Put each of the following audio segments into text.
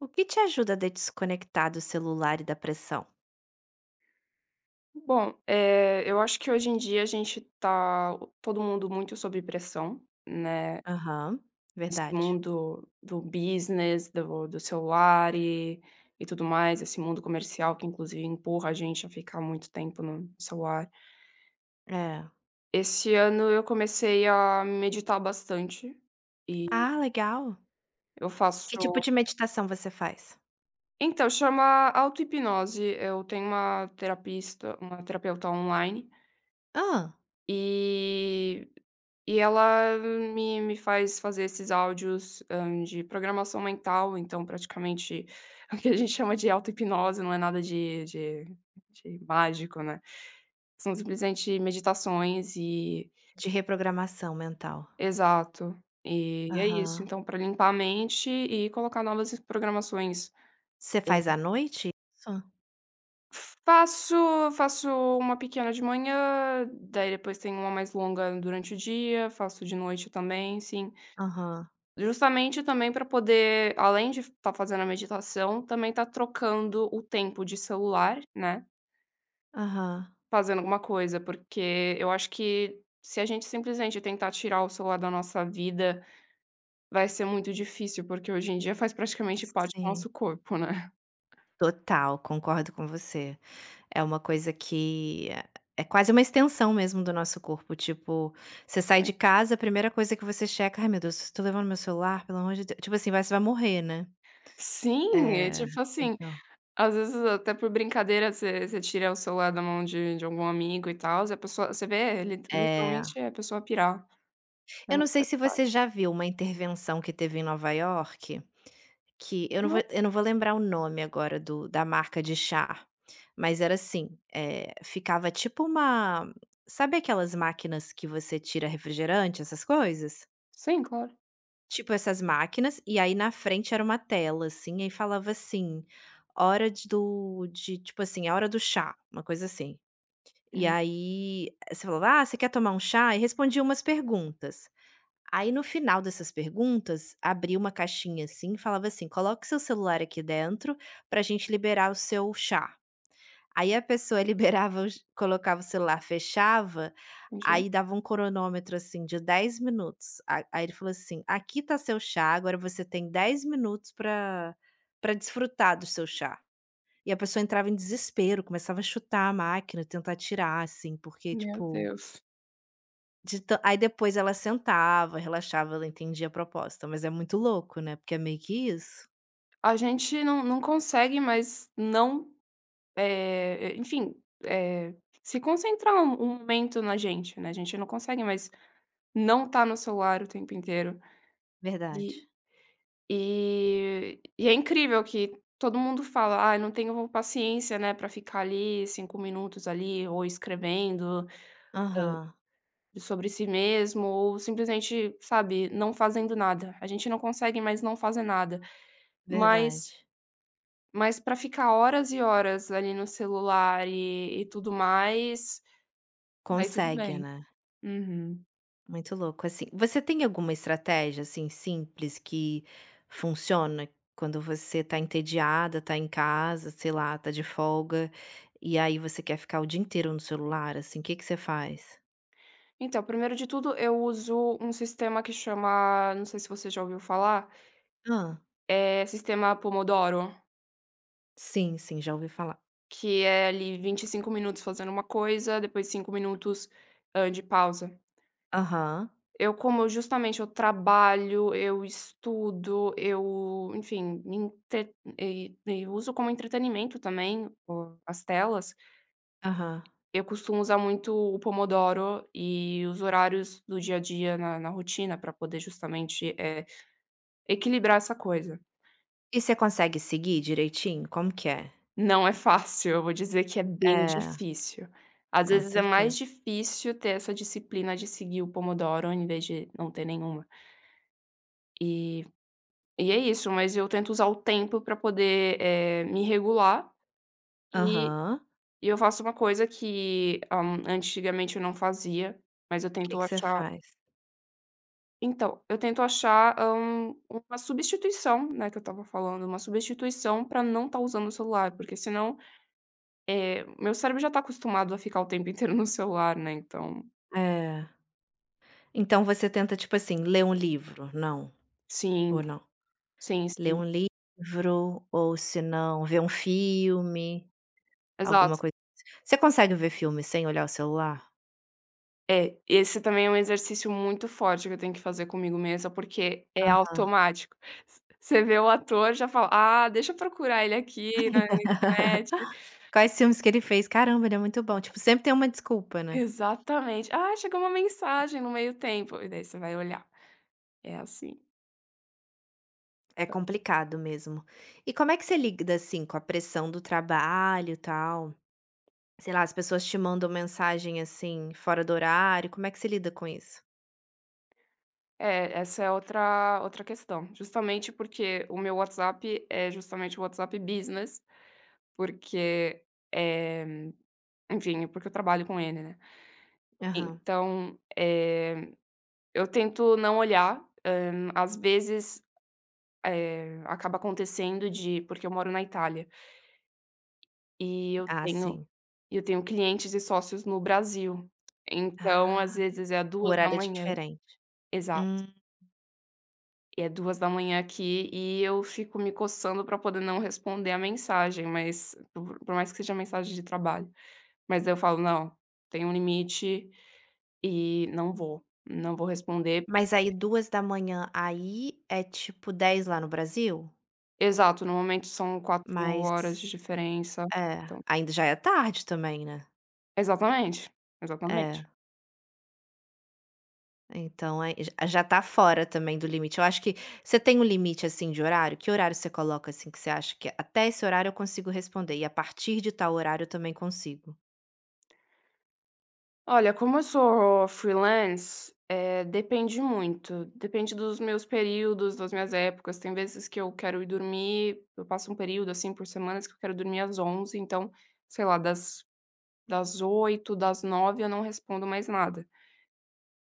O que te ajuda a desconectar do celular e da pressão? Bom, eu acho que hoje em dia a gente tá todo mundo muito sob pressão, né, Aham, esse verdade. mundo do business, do celular e tudo mais, esse mundo comercial que inclusive empurra a gente a ficar muito tempo no celular. É. Esse ano eu comecei a meditar bastante e Ah, legal. eu faço Que tipo de meditação você faz? então, chama auto-hipnose, eu tenho uma terapeuta online. Ah, E e ela me faz fazer esses áudios, de programação mental, então praticamente o que a gente chama de auto-hipnose, não é nada de mágico, né. São simplesmente meditações e de reprogramação mental. exato. E é isso, Aham. então para limpar a mente e colocar novas programações. Você faz É. à noite isso? Faço faço uma pequena de manhã, daí depois tem uma mais longa durante o dia, faço de noite também, sim. Aham, Justamente também para poder, além de estar fazendo a meditação, também estar trocando o tempo de celular, né, aham. fazendo alguma coisa, porque eu acho que se a gente simplesmente tentar tirar o celular da nossa vida, vai ser muito difícil, porque hoje em dia faz praticamente parte do Sim. nosso corpo, né. Total, concordo com você. É uma coisa que é quase uma extensão mesmo do nosso corpo, tipo, você sai de casa, a primeira coisa que você checa: "Ai meu Deus, estou levando meu celular, pelo amor de Deu", tipo assim, vai que vai morrer, né. Sim, é É, tipo assim, então às vezes até por brincadeira você tira o celular da mão de algum amigo e tal e a pessoa você vê ele é. literalmente é a pessoa pirar, Eu não realmente sei faz se você parte. já viu uma intervenção que teve em Nova York, que eu não vou Não, eu não vou lembrar o nome agora do da marca de chá, mas era assim, ficava tipo uma, sabe aquelas máquinas que você tira refrigerante, essas coisas? sim, claro. Tipo essas máquinas, e aí na frente era uma tela, assim, aí falava assim: "Hora de do de", tipo assim, "A hora do chá", uma coisa assim. E Hum. aí, você falou: "Ah, você quer tomar um chá?" E respondia umas perguntas. Aí no final dessas perguntas, abria uma caixinha, assim, e falava assim: "Coloque seu celular aqui dentro pra gente liberar o seu chá". Aí a pessoa liberava o ch colocava o celular, fechava, Entendi. aí dava um cronômetro, assim, de 10 minutos. A aí ele falou assim: "Aqui tá seu chá, agora você tem 10 minutos pra para desfrutar do seu chá". E a pessoa entrava em desespero, começava a chutar a máquina, tentar tirar, assim, porque, Meu tipo, Deus. de tan, aí depois ela sentava, relaxava, ela entendia a proposta, mas é muito louco, né, porque é meio que isso. A gente não consegue mais não, é enfim, é se concentrar um momento na gente, né, a gente não consegue mais não estar no celular o tempo inteiro. Verdade. E e é incrível que todo mundo fala: "Ai, não tenho paciência, né, para ficar ali 5 minutos ali ou escrevendo Aham, sobre si mesmo ou simplesmente, sabe, não fazendo nada". A gente não consegue mais não fazer nada, mas verdade. Mas pra ficar horas e horas ali no celular e tudo mais, daí tudo Consegue, bem. né. Uhum. Muito louco, assim. Você tem alguma estratégia, assim, simples que funciona quando você tá entediada, tá em casa, sei lá, tá de folga, e aí você quer ficar o dia inteiro no celular, assim, o que que você faz? Então, primeiro de tudo, eu uso um sistema que chama, não sei se você já ouviu falar, é sistema Pomodoro, Sim, sim, já ouvi falar. que é ali 25 minutos fazendo uma coisa, depois 5 minutos, de pausa. Aham, Eu, como justamente eu trabalho, eu estudo, eu, enfim, me entre e uso como entretenimento também o as telas. aham. Eu costumo usar muito o Pomodoro e os horários do dia a dia na rotina para poder justamente, equilibrar essa coisa. E você consegue seguir direitinho? Como que é? Não é fácil, eu vou dizer que é bem É, difícil. Às com vezes é certeza. mais difícil ter essa disciplina de seguir o Pomodoro em vez de não ter nenhuma. E e é isso, mas eu tento usar o tempo para poder, me regular e Aham. e eu faço uma coisa que, antigamente eu não fazia, mas eu O que tento que você achar faz? então, eu tento achar, uma substituição, né, que eu estava falando, uma substituição pra não estar usando o celular, porque senão, meu cérebro já tá acostumado a ficar o tempo inteiro no celular, né, então. É. Então você tenta, tipo assim, ler um livro? Não, Sim, ou não? sim, Ler sim. um livro ou se não, ver um filme, Exato. alguma coisa assim. Você consegue ver filme sem olhar o celular? É, esse também é um exercício muito forte que eu tenho que fazer comigo mesma, porque é Aham. automático. Vo você vê o ator, já fala: "Ah, deixa eu procurar ele aqui na internet". Quais filmes que ele fez? Caramba, ele é muito bom. Tipo, sempre tem uma desculpa, né? Exatamente. "Ah, chegou uma mensagem no meio tempo", e daí você vai olhar. É assim. É complicado mesmo. E como é que você lida, assim, com a pressão do trabalho, e tal? Sei lá, as pessoas te mandam mensagem, assim, fora do horário, como é que você lida com isso? É, essa é outra questão. Justamente porque o meu WhatsApp é justamente o WhatsApp Business, porque, eh, enfim, porque eu trabalho com ele, né. Aham. Então, eu tento não olhar, às vezes, acaba acontecendo de porque eu moro na Itália, e eu Ah, tenho sim. eu tenho clientes e sócios no Brasil. Então, às Ah, vezes é o duas da horário é manhã. diferente. Exato. Hum, E é duas da manhã aqui e eu fico me coçando pra poder não responder a mensagem, mas por mais que seja mensagem de trabalho. Mas eu falo: "Não, tem um limite e não vou, não vou responder". mas aí duas da manhã, aí é tipo 10 lá no Brasil? Exato, no momento são 4 Mas horas de diferença, é, então ainda já é tarde também, né? exatamente, exatamente. É. Então, aí j já tá fora também do limite. Eu acho que você tem um limite, assim, de horário? Que horário você coloca, assim, que você acha que: "Até esse horário eu consigo responder e a partir de tal horário eu também consigo"? Olha, como eu sou freelance, depende muito. Depende dos meus períodos, das minhas épocas. Tem vezes que eu quero ir dormir, eu passo um período, assim, por semanas que eu quero dormir às 11. Então, sei lá, das 8, das 9, eu não respondo mais nada.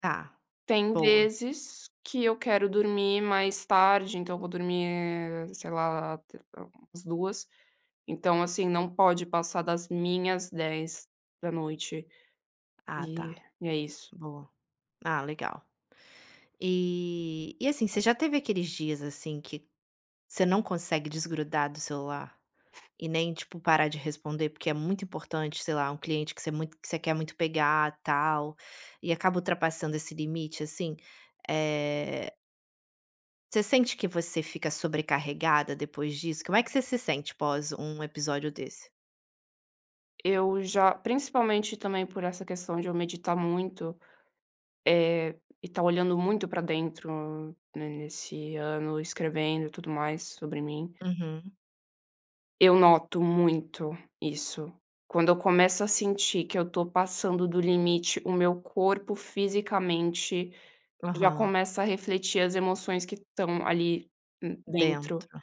Tá, Tem boa. vezes que eu quero dormir mais tarde, então eu vou dormir, sei lá, até umas 2. Então, assim, não pode passar das minhas 22h. Ah, E tá, e é isso. boa. Ah, legal. E, assim, você já teve aqueles dias, assim, que você não consegue desgrudar do celular e nem, tipo, parar de responder porque é muito importante, sei lá, um cliente que você quer muito pegar, tal, e acaba ultrapassando esse limite, assim? Eh Você sente que você fica sobrecarregada depois disso? Como é que você se sente pós um episódio desse? Eu já, principalmente também por essa questão de eu meditar muito, eh, e estar olhando muito pra dentro, né, nesse ano, escrevendo e tudo mais sobre mim, Uhum. eu noto muito isso. Quando eu começo a sentir que eu tô passando do limite, o meu corpo fisicamente já Aham. começa a refletir as emoções que estão ali, dentro. Dentro.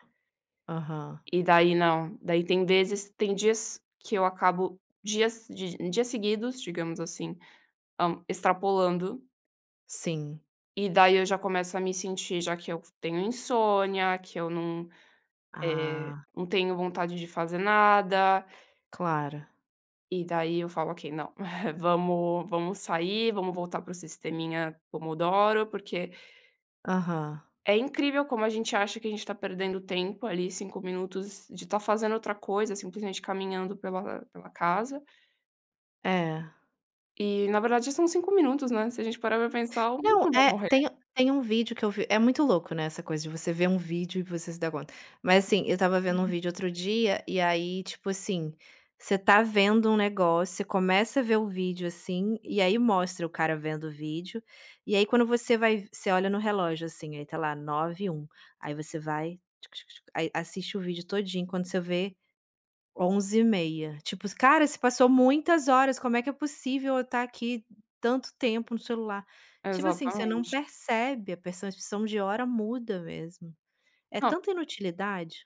Aham. E daí não, daí tem dias que eu acabo, dias seguidos, digamos assim, extrapolando, Sim. e daí eu já começo a me sentir, já que eu tenho insônia, que eu Ah, não tenho vontade de fazer nada, claro. e daí eu falo: "Ok, não, vamos sair, vamos voltar pro sisteminha Pomodoro", porque Aham. é incrível como a gente acha que a gente está perdendo tempo ali, 5 minutos de estar fazendo outra coisa, simplesmente caminhando pela casa, É. e na verdade são 5 minutos, né, se a gente parar pra pensar, o mundo Não, não vai é, morrer. tem um vídeo que eu vi, é muito louco, né, essa coisa de você ver um vídeo e você se dá conta. Mas assim, eu estava vendo um vídeo outro dia, e aí, tipo assim, você tá vendo um negócio, você começa a ver o vídeo, assim, e aí mostra o cara vendo o vídeo, e aí quando você olha no relógio, assim, aí tá lá 21 um. Aí você vai, tchuc, tchuc, tchuc, aí assiste o vídeo todinho, quando você vê, onze e meia. Tipo, cara, se passou muitas horas, como é que é possível eu estar aqui tanto tempo no celular? Tipo assim, você não Exatamente. percebe, a percepção de hora muda mesmo. É tanta inutilidade.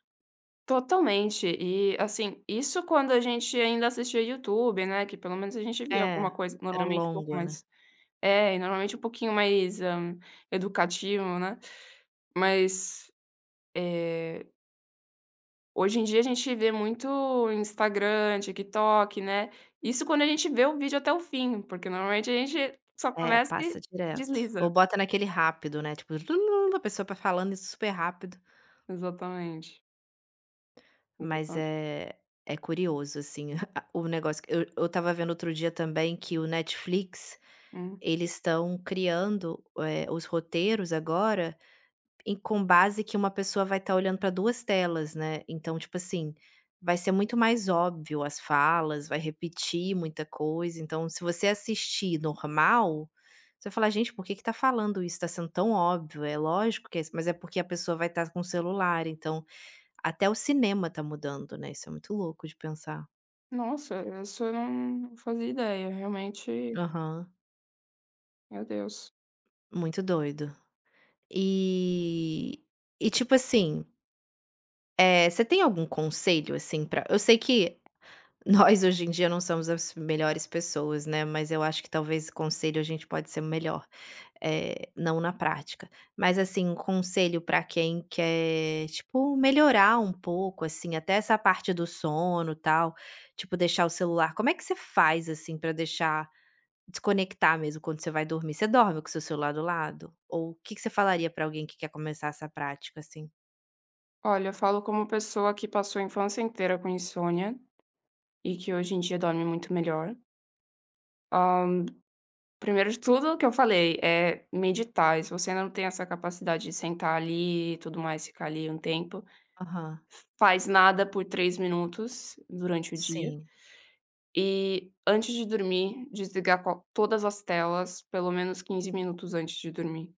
Totalmente. E, assim, isso quando a gente ainda assistia YouTube, né, que pelo menos a gente via É, alguma coisa era normalmente um pouco longo, né. mais. É, e normalmente um pouquinho mais, educativo, né. Mas, eh, hoje em dia a gente vê muito Instagram, TikTok, né. Isso quando a gente vê o vídeo até o fim, porque normalmente a gente só É, começa e passa direto. desliza. Ou bota naquele rápido, né, tipo, a pessoa vai falando isso super rápido, Exatamente, mas exata é é curioso, assim, o negócio, eu estava vendo outro dia também que o Netflix hum. eles estão criando, os roteiros agora em com base que uma pessoa vai estar olhando para 2 telas, né, então, tipo assim, vai ser muito mais óbvio as falas, vai repetir muita coisa, então se você assistir normal, você vai falar: "Gente, por que que tá falando isso? Tá sendo tão óbvio, é lógico que é isso", mas é porque a pessoa vai estar com o celular, então até o cinema está mudando, né, isso é muito louco de pensar. Nossa, essa eu não fazia ideia, realmente, Aham, meu Deus. muito doido. E e tipo assim. Você tem algum conselho, assim, pra, eu sei que nós hoje em dia não somos as melhores pessoas, né, mas eu acho que talvez conselho a gente pode ser melhor, não na prática. Mas, assim, um conselho pra quem quer, tipo, melhorar um pouco, assim, até essa parte do sono, tal, tipo, deixar o celular, como é que você faz, assim, pra deixar, desconectar mesmo quando você vai dormir? Você dorme com o seu celular do lado? Ou o que que você falaria pra alguém que quer começar essa prática, assim? Olha, eu falo como pessoa que passou a infância inteira com insônia e que hoje em dia dorme muito melhor. Hã, Primeiro de tudo, o que eu falei, é meditar. E se você ainda não tem essa capacidade de sentar ali e tudo mais, ficar ali um tempo, Aham, faz nada por 3 minutos durante o dia. sim. E antes de dormir, desligar, qual todas as telas, pelo menos 15 minutos antes de dormir.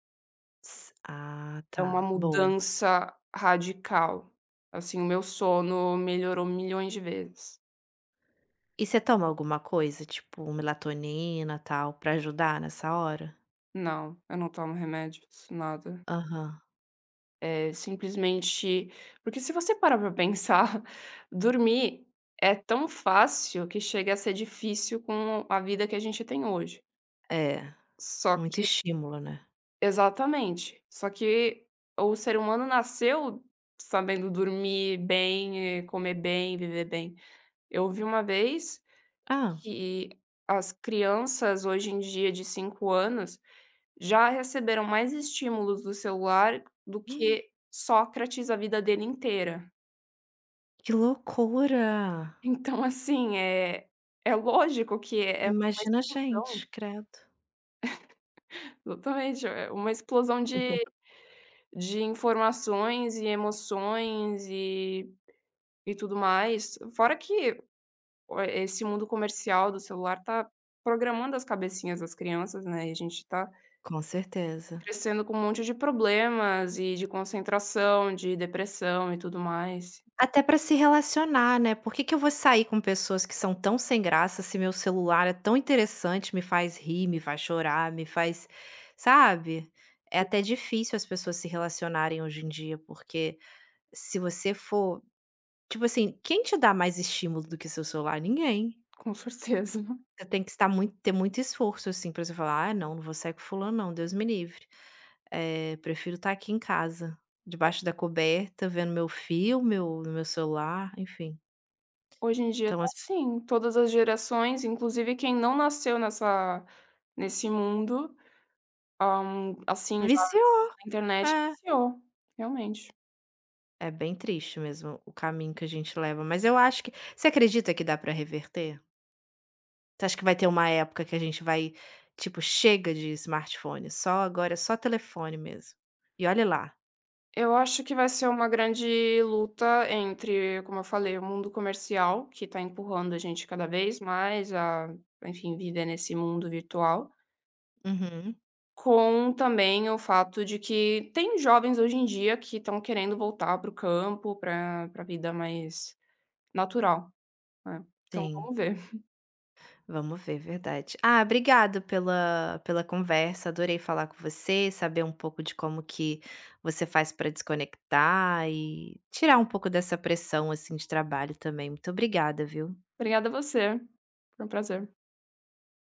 S ah, É uma tá, boa. mudança radical. Assim, o meu sono melhorou milhões de vezes. E você toma alguma coisa, tipo melatonina, tal, pra ajudar nessa hora? Não, eu não tomo remédios, nada. Aham. É simplesmente porque, se você parar pra pensar, dormir é tão fácil que chega a ser difícil com a vida que a gente tem hoje. É, Só muito que estímulo, né. Exatamente, só que o ser humano nasceu sabendo dormir bem, comer bem, viver bem. Eu ouvi uma vez Hã. que as crianças hoje em dia de 5 anos já receberam mais estímulos do celular do que Sócrates a vida dele inteira. Que loucura! Então, assim, é lógico que é uma Imagina a explosão, gente, credo. exatamente, é uma explosão de informações e emoções e tudo mais. Fora que o esse mundo comercial do celular tá programando as cabecinhas das crianças, né, e a gente tá Com certeza. crescendo com um monte de problemas e de concentração, de depressão e tudo mais. Até pra se relacionar, né, por que que eu vou sair com pessoas que são tão sem graça se meu celular é tão interessante, me faz rir, me faz chorar, me faz, sabe? É até difícil as pessoas se relacionarem hoje em dia, porque, se você for, tipo assim, quem te dá mais estímulo do que seu celular? Ninguém. Com certeza. Você tem que estar muito, ter muito esforço, assim, pra você falar: "Ah, não, não vou sair com fulano não, Deus me livre. Prefiro estar aqui em casa, debaixo da coberta, vendo meu filme meu celular", enfim. Hoje em dia Então tá as assim, todas as gerações, inclusive quem não nasceu nessa nesse mundo, assim, já viciou. na internet, É. iniciou realmente. É bem triste mesmo o caminho que a gente leva, mas eu acho que, você acredita que dá pra reverter? Você acha que vai ter uma época que a gente vai, tipo: "Chega de smartphone, só agora é só telefone mesmo". E olhe lá. Eu acho que vai ser uma grande luta entre, como eu falei, o mundo comercial, que tá empurrando a gente cada vez mais a, enfim, viver nesse mundo virtual, Uhum, com também o fato de que tem jovens hoje em dia que estão querendo voltar para o campo, para pra vida mais natural. É, então sim. vamos ver. Vamos ver, verdade. Ah, obrigado pela conversa, adorei falar com você, saber um pouco de como que você faz para desconectar e tirar um pouco dessa pressão, assim, de trabalho também. Muito obrigada, viu. Obrigada a você, foi um prazer.